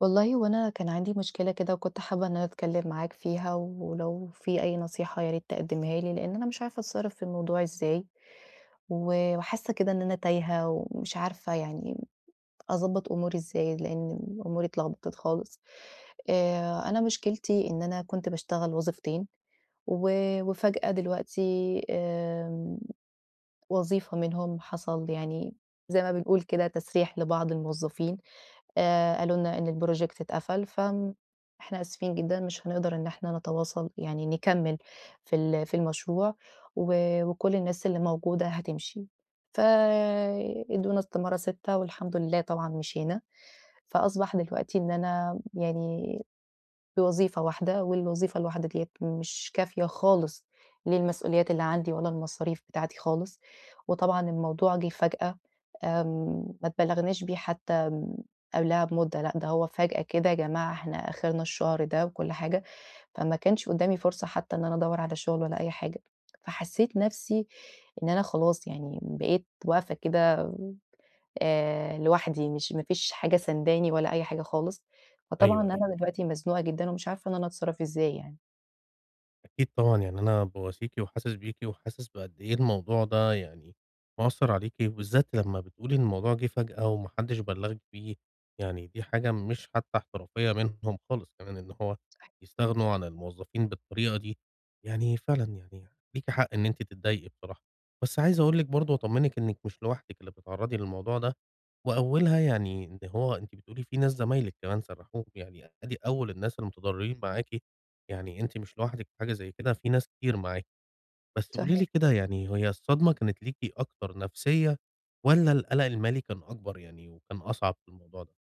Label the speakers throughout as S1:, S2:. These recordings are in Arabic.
S1: والله هو أنا كان عندي مشكلة كده وكنت حابة إن أنا أتكلم معاك فيها، ولو في أي نصيحة يا ريت تقدمها لي، لأن أنا مش عارفة أتصرف في الموضوع إزاي، و وحاسة كده إن أنا تايهة ومش عارفة يعني أضبط أموري إزاي، لأن أموري اتلخبطت خالص. أنا مشكلتي إن أنا كنت باشتغل وظيفتين، و وفجأة دلوقتي وظيفة منهم حصل يعني زي ما بنقول كده تسريح لبعض الموظفين. قالوا لنا إن الproject اتقفل، فآمم إحنا آسفين جدًا مش هنقدر إن إحنا نتواصل يعني نكمّل في المشروع و وكل الناس اللي موجودة هتمشي. ف ادونا استمارة 6 والحمد لله طبعًا مشينا، فأصبح دلوقتي إن أنا يعني بوظيفة واحدة، والوظيفة الواحدة ديّة مش كافية خالص للمسؤوليات اللي عندي ولا المصاريف بتاعتي خالص، وطبعًا الموضوع جِه فجأة، ما اتبلغناش بيه حتى قبلها بمدة، لأ ده هو فجأة كده يا جماعة إحنا آخرنا الشهر ده وكل حاجة، فما كانش قدامي فرصة حتى إن أنا أدوّر على شغل ولا أي حاجة، فحسيت نفسي إن أنا خلاص يعني بقيت واقفة كده لوحدي، مش ما فيش حاجة سانداني ولا أي حاجة خالص، فطبعًا
S2: أيوه،
S1: أنا دلوقتي مزنوقة جدًا ومش عارفة إن أنا أتصرّف إزاي يعني.
S2: أكيد طبعًا، يعني أنا بواسيكِ وحاسس بيكِ وحاسس بقد إيه الموضوع ده يعني مأثّر عليكِ، وبالذات لمّا بتقولي إن الموضوع جِه فجأة وما حدّش بلّغِك بيه، يعني دي حاجة مش حتّى احترافية منهم خالص كمان إن هو يستغنوا عن الموظفين بالطريقة دي، يعني فعلًا يعني ليكِ حق إن أنتِ تتضايقي بصراحة، بس عايز أقول لِك برضه وأطمّنِك إنِّك مش لوحدِك اللي بتتعرّضي للموضوع ده. وأولها يعني إن هو أنتِ بتقولي في ناس زمايلِك كمان سَرّحوهم، يعني أدي أول الناس المتضرّرين معاكِ، يعني أنتِ مش لوحدِك في حاجة زي كده، في ناس كتير معاكِ. بس قولي
S1: صحيح.
S2: لي كده يعني هي الصدمة كانت ليكِ أكتر نفسية والّا القلق المالي كان أكبر يعني وكان أصعب في الموضوع ده؟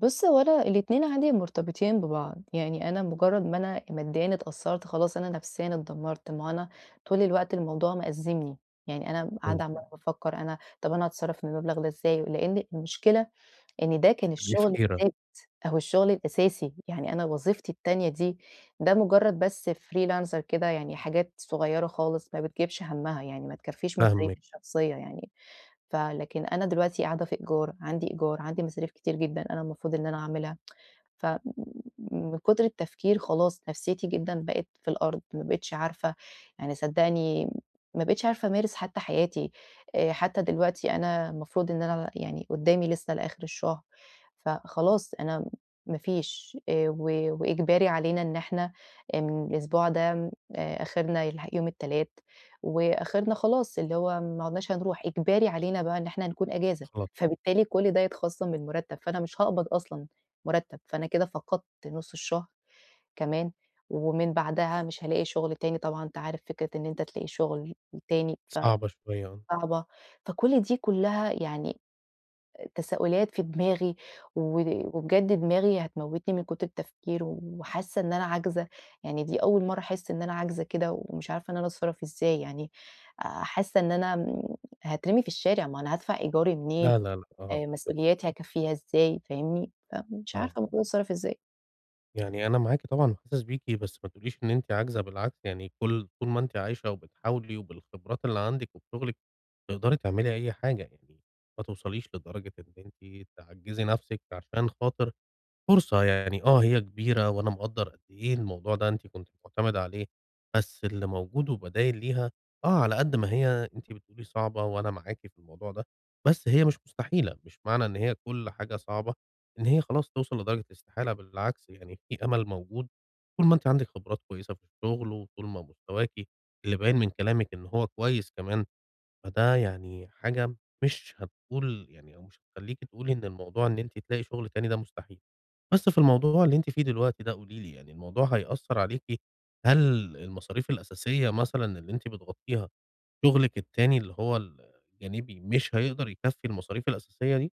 S1: بُص، هو أنا الاتنين عندي مرتبطين ببعض، يعني أنا مجرّد ما أنا ماديًا اتأثّرت خلاص أنا نفسيًا اتدمّرت، ما هو أنا طول الوقت الموضوع مأزّمني، يعني أنا
S2: إمم،
S1: قاعدة عمّالة بافكّر أنا طَب أنا هاتصرّف من المبلغ ده إزاي؟ لإن المشكلة إن ده كان
S2: بتبقي في
S1: الشغل
S2: حيرة،
S1: الثابت أو الشغل الأساسي، يعني أنا وظيفتي التانية دي ده مجرد بس freelancer كده يعني حاجات صغيرة خالص ما بتجيبش همّها، يعني ما تكفّيش مصاريفي
S2: فاهمِك،
S1: الشخصية يعني، فلكن أنا دلوقتي قاعدة في إيجار، عندي إيجار، عندي مصاريف كتير جدًا أنا المفروض إن أنا أعملها. ف من كتر التفكير خلاص نفسيتي جدًا بقت في الأرض، ما بقيتش عارفة يعني صدّقني ما بقيتش عارفة أمارس حتى حياتي. حتى دلوقتي أنا المفروض إن أنا يعني قدّامي لسه لآخر الشهر، فخلاص أنا ما فيش و وإجباري علينا إن إحنا من الأسبوع ده آخرنا يوم التلات، وآخرنا خلاص اللي هو ما عدناش هنروح، إجباري علينا بقى إن إحنا هنكون أجازة،
S2: خلاص
S1: فبالتالي كل ده يتخصم من المرتب، فأنا مش هاقبض أصلًا مُرتّب، فأنا كده فقدت نُص الشهر كمان، ومن بعدها مش هالاقي شغل تاني، طبعًا أنت عارف فكرة إن أنت تلاقي شغل تاني
S2: صعبة شوية آه.
S1: فصعبة، فكل دي كلّها يعني تساؤلات في دماغي، و وبجد دماغي هتموتني من كتر التفكير، وحاسة إن أنا عاجزة، يعني دي أول مرّة أحس إن أنا عاجزة كده، ومش عارفة إن أنا أتصرّف إزاي يعني. حاسة إن أنا هاترمي في الشارع، ما أنا هادفع إيجاري منين،
S2: لا، لا، لأ، آه،
S1: مسؤولياتي هاكفّيها إزاي، فاهمني؟ فمش
S2: آه.
S1: عارفة المفروض أتصرّف إزاي.
S2: يعني أنا معاكِ طبعًا وحاسس بيكِ، بس ما تقوليش إن أنتِ عاجزة بالعكس، يعني كل طول ما أنتِ عايشة وبتحاولي وبالخبرات اللي عندِك وبشغلِك تقدري تعملي أي حاجة، يعني ما توصليش لدرجة إن أنتِ تعجّزي نَفْسِك عشان خاطر فرصة يعني آه، هي كبيرة وأنا مقدّر قد إيه الموضوع ده أنتِ كنتِ مُعتمدة عليه، بس اللي موجود وبدايل ليها آه، على قد ما هي أنتِ بتقولي صعبة وأنا معاكِ في الموضوع ده، بس هي مش مستحيلة، مش معنى إن هي كل حاجة صعبة إن هي خلاص توصل لدرجة الاستحالة، بالعكس يعني في أمل موجود طول ما أنتِ عندِك خبرات كويسة في الشغل وطول ما مستواكِ اللي باين من كلامِك إن هو كويس كمان، فده يعني حاجة مش هتقول يعني أو مش هتخلّيكِ تقولي إن الموضوع إن أنتِ تلاقي شغل تاني ده مستحيل. بس في الموضوع اللي أنتِ فيه دلوقتي ده قولي لي يعني الموضوع هيأثّر عليكِ، هل المصاريف الأساسية مثلًا اللي أنتِ بتغطّيها شغلِك التاني اللي هو الجانبي مش هيقدر يكفّي المصاريف الأساسية دي؟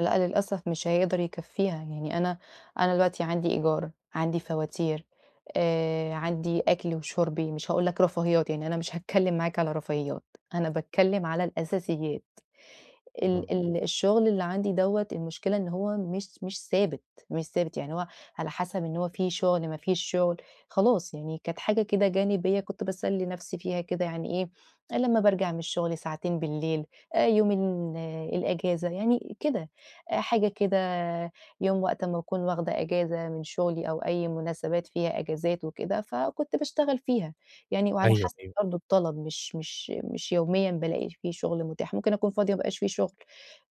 S1: لأ، للأسف مش هيقدر يكفّيها، يعني أنا دلوقتي عندي إيجار، عندي فواتير، عندي أكلي وشُربي، مش هاقول لك رفاهيات، يعني أنا مش هاتكلّم معاك على رفاهيات، أنا باتكلّم على الأساسيات.
S2: أها.
S1: ال ال الشغل اللي عندي دوّة المشكلة إن هو مش ثابت، مش ثابت، يعني هو على حسب إن هو في شغل، ما فيش شغل، خلاص يعني كانت حاجة كده جانبية كنت باسلي نفسي فيها كده يعني إيه، لمّا بارجع من الشغل ساعتين بالليل، يوم الأجازة، يعني كده، حاجة كده يوم وقت أمّا أكون واخدة أجازة من شغلي أو أي مناسبات فيها أجازات وكده، فكنت باشتغل فيها. يعني وعلى
S2: أيوه،
S1: حسب
S2: أيوه،
S1: برضه الطلب، مش يوميًا بالاقي فيه شغل متاح، ممكن أكون فاضية ما يبقاش فيه شغل،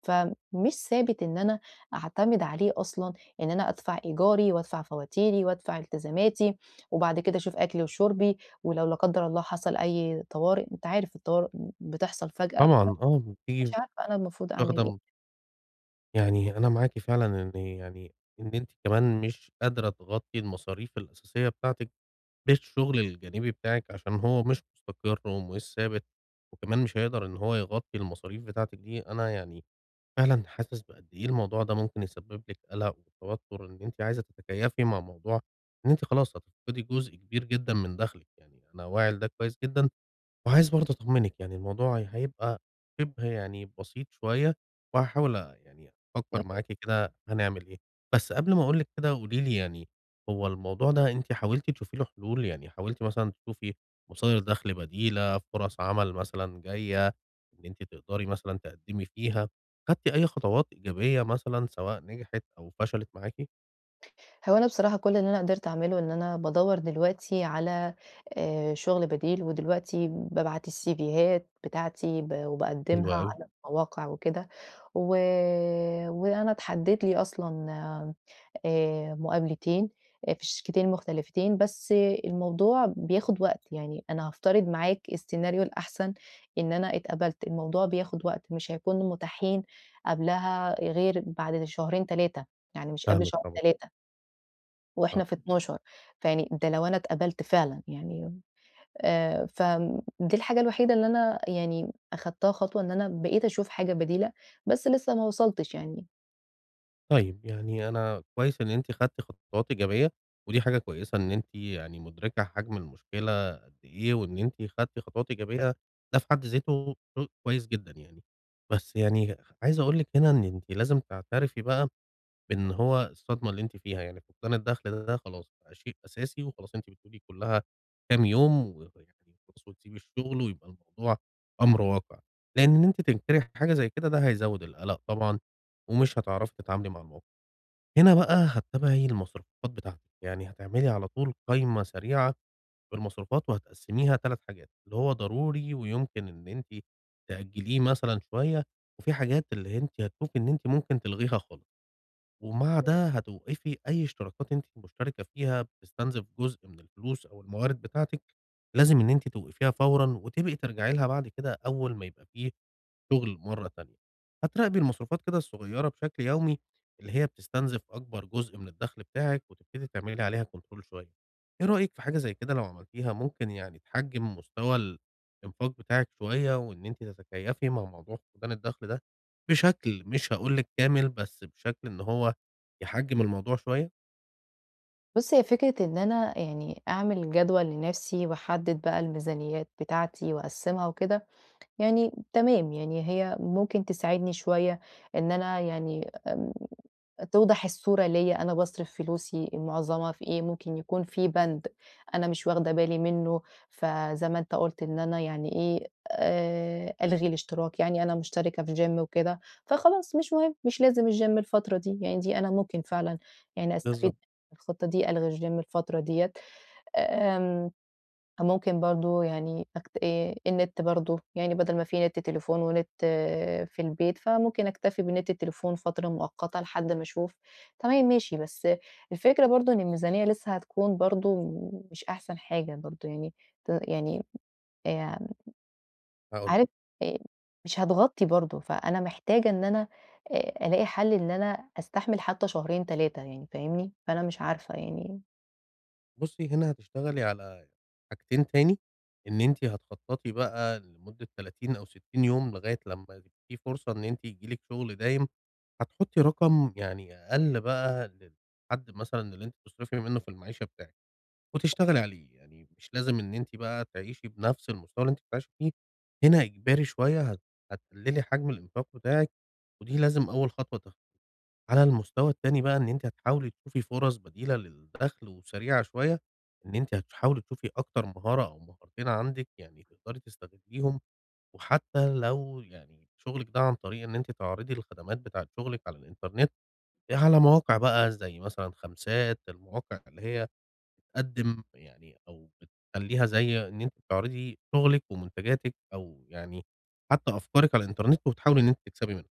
S1: فمش ثابت إن أنا أعتمد عليه أصلًا إن أنا أدفع إيجاري وأدفع فواتيري وأدفع التزاماتي، وبعد كده أشوف أكلي وشربي، ولو لا قدر الله حصل أي طوارئ، أنت عارف الطوارئ بتحصل فجأة،
S2: طبعًا آه،
S1: مش
S2: بتيجي
S1: عارفة أنا المفروض أعمل
S2: واخدة
S1: إيه.
S2: م يعني أنا معاكِ فعلًا إن يعني إن أنتِ كمان مش قادرة تغطّي المصاريف الأساسية بتاعتِك بالشغل الجانبي بتاعِك عشان هو مش مستقر ومش ثابت، وكمان مش هيقدر إن هو يغطّي المصاريف بتاعتِك دي، أنا يعني فعلًا حاسس بقد إيه الموضوع ده ممكن يسبب لِك قلق وتوتر، إن أنتِ عايزة تتكيفي مع موضوع إن أنتِ خلاص هتفقدي جزء كبير جدًا من دخلِك، يعني أنا واعي لده كويس جدًا، وعايز برضه أطمّنِك، يعني الموضوع هيبقى شِبه يعني بسيط شوية، وهاحاول يعني أفكّر معاكِ كده هنعمل إيه. بس قبل ما أقول لِك كده قولي لي يعني هو الموضوع ده أنتِ حاولتِ تشوفي له حلول؟ يعني حاولتِ مثلًا تشوفي مصادر دَخْل بديلة، فرص عمل مثلًا جاية إن أنتِ تقدري مثلًا تقدّمي فيها، خدتِ أي خطوات إيجابية مثلًا سواء نجحت أو فشلت معاكِ؟
S1: هو أنا بصراحة كل اللي أنا قدرت أعمله إن أنا بادوّر دلوقتي على شُغل بديل، ودلوقتي بابعت السيفيهات بتاعتي
S2: حلو
S1: وباقدّمها
S2: أوي،
S1: على المواقع وكده، و وأنا اتحدّد لي أصلًا مقابلتين، آه، في شركتين مختلفتين، بس الموضوع بياخد وقت، يعني أنا هافترض معاك السيناريو الأحسن إن أنا اتقبلت، الموضوع بياخد وقت، مش هيكونوا متاحين قبلها غير بعد شهرين، 3 يعني مش قبل
S2: فاهمِك
S1: شهر،
S2: طبعًا،
S1: 3. وإحنا
S2: آه.
S1: في 12، فيعني ده لو أنا اتقبلت فعلًا يعني، فدي الحاجة الوحيدة اللي أنا يعني أخدتها خطوة إن أنا بقيت أشوف حاجة بديلة، بس لسه ما وصلتش يعني.
S2: طيب، يعني أنا كويس إن أنتِ خدتِ خطوات إيجابية، ودي حاجة كويسة إن أنتِ يعني مُدركة حجم المشكلة قد إيه، وإن أنتِ خدتِ خطوات إيجابية ده في حد ذاته شيء كويس جدًا يعني. بس يعني عايز أقول لِك هنا إن أنتِ لازم تعترفي بقى بإن هو الصدمة اللي أنتِ فيها، يعني فقدان الدخل ده خلاص بقى شيء أساسي، وخلاص أنتِ بتقولي كُلّها كام يوم ويعني خلاص وتسيبي الشغل ويبقى الموضوع أمر واقع، لإن إن أنتِ تنكري حاجة زي كده ده هيزوّد القلق طبعًا، ومش هتعرفي تتعاملي مع الموقف. هنا بقى هتتابعي المصروفات بتاعتِك، يعني هتعملي على طول قايمة سريعة بالمصروفات وهتقسّميها 3 حاجات، اللي هو ضروري ويمكن إن أنتِ تأجّليه مثلًا شوية، وفي حاجات اللي أنتِ هتشوفي إن أنتِ ممكن تلغيها خالص، ومع ده هتوقفي أي اشتراكات أنتِ مشتركة فيها بتستنزف جزء من الفلوس أو الموارد بتاعتِك، لازم إن أنتِ توقفيها فورًا وتبقي ترجعي لها بعد كده أول ما يبقى في شغل مرّة تانية. هتراقبي المصروفات كده الصغيّرة بشكل يومي اللي هي بتستنزف أكبر جزء من الدخل بتاعِك وتبتدي تعملي عليها control شوية. إيه رأيِك في حاجة زي كده لو عملتيها ممكن يعني تحجّم مستوى الإنفاق بتاعِك شوية وإن أنتِ تتكيّفي مع موضوع فقدان الدخل ده بشكل مش هاقول لِك كامل، بس بشكل إن هو يحجّم الموضوع شوية؟
S1: بُص هي فكرة إن أنا يعني أعمل جدول لنفسي وأحدد بقى الميزانيات بتاعتي وأقسمها وكده، يعني تمام يعني هي ممكن تساعدني شوية إن أنا يعني توضح الصورة ليّا أنا باصرف فلوسي معظمها في إيه، ممكن يكون في بند أنا مش واخدة بالي منّه، فزي ما أنت قُلت إن أنا يعني إيه، ألغي الاشتراك، يعني أنا مشتركة في gym وكده، فخلاص مش مهم، مش لازم الgym الفترة دي، يعني دي أنا ممكن فعلًا يعني أستفيد
S2: بالضبط.
S1: من الخطة دي، ألغي الgym الفترة ديّة. آمم ممكن برضه يعني أكت النت برضه، يعني بدل ما في نت تليفون ونت، آه، في البيت، فممكن أكتفي بنت التليفون فترة مؤقتة لحد ما أشوف. تمام ماشي، بس الفكرة برضه إن الميزانية لسه هتكون برضه مش أحسن حاجة برضه يعني ت يعني آآ
S2: هاقول
S1: عارف آآ مش هتغطي برضه، فأنا محتاجة إن أنا ألاقي حل إن أنا أستحمل حتى شهرين 3 يعني فاهمني؟ فأنا مش عارفة يعني.
S2: بُصّي، هنا هتشتغلي على حاجتين تاني، إن أنتِ هتخططي بقى لمدة 30 أو 60 يوم لغاية لمّا يبقى في فرصة إن أنتِ ييجي لِك شغل دايم، هتحطي رقم يعني أقل بقى للحد مثلًا اللي أنتِ بتصرفي منه في المعيشة بتاعِك، وتشتغلي عليه، يعني مش لازم إن أنتِ بقى تعيشي بنفس المستوى اللي أنتِ بتعيشي فيه، هنا إجباري شوية هتقللي حجم الإنفاق بتاعِك، ودي لازم أول خطوة على المستوى التاني بقى إن أنتِ هتحاولي تشوفي فرص بديلة للدخل وسريعة شوية، إن أنتِ هتحاولي تشوفي أكتر مهارة أو مهارتين عندِك يعني تقدري تستغليهم، وحتى لو يعني شغلِك ده عن طريق إن أنتِ تعرضي الخدمات بتاعة شغلِك على الإنترنت، على مواقع بقى زي مثلًا خمسات، المواقع اللي هي بتقدم يعني أو بتخلّيها زي إن أنتِ بتعرضي شغلِك ومنتجاتِك أو يعني حتى أفكارِك على الإنترنت وبتحاولي إن أنتِ تكسبي منها.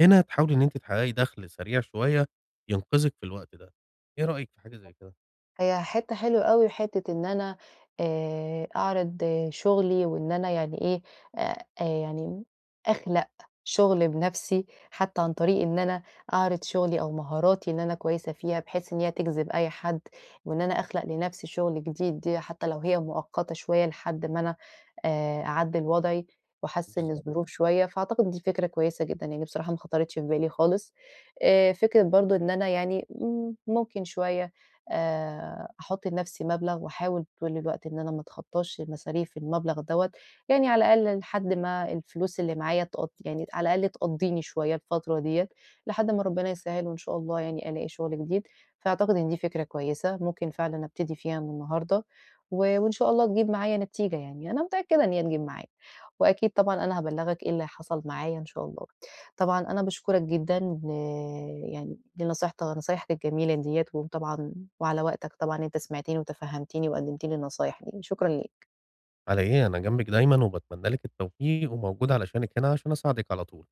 S2: هنا تحاولي إن أنتِ تحققي دخل سريع شوية ينقذِك في الوقت ده، إيه رأيك في حاجة زي كده؟
S1: هي حتّة حلوة أوي، حتّة إن أنا أعرض، آه، شغلي وإن أنا يعني إيه، يعني أخلق شغل بنَفْسي، حتّى عن طريق إن أنا أعرض شغلي أو مهاراتي اللي أنا كويسة فيها، بحيث إن هي تجذب أي حد، وإن أنا أخلق لنَفْسي شغل جديد دي حتّى لو هي مؤقتة شوية لحد ما أنا أعدِّل وضعي وأحسِّن
S2: بالضبط.
S1: الظروف شوية، فأعتقد دي فكرة كويسة جدًا، يعني بصراحة ما خطرتش في بالي خالص. فكرة برضه إن أنا يعني ممكن شوية أحُط لنَفْسي مبلغ وأحاول طول الوقت إن أنا ما اتخطّاش مصاريف المبلغ دوّة، يعني على الأقل لحد ما الفلوس اللي معايا تقض يعني على الأقل تقضّيني شوية الفترة ديّة، لحد ما ربنا يسهّل وإن شاء الله يعني ألاقي شُغل جديد، فأعتقد إن دي فكرة كويسة ممكن فعلًا أبتدي فيها من النهارده، و وإن شاء الله تجيب معايا نتيجة يعني، أنا متأكدة إن هي تجيب معايا، وأكيد طبعًا أنا هابلّغك إيه اللي حصل معايا إن شاء الله. طبعًا أنا باشكرك جدًا ل يعني لنصيحت نصايحك الجميلة ديّة، وطبعًا وعلى وقتك طبعًا أنت سمعتني وتفهّمتني وقدّمت لي النصايح دي، شكرًا ليك.
S2: على إيه، أنا جنبِك دايمًا وباتمنى لِك التوفيق وموجود علشانِك هنا عشان أساعدِك على طول.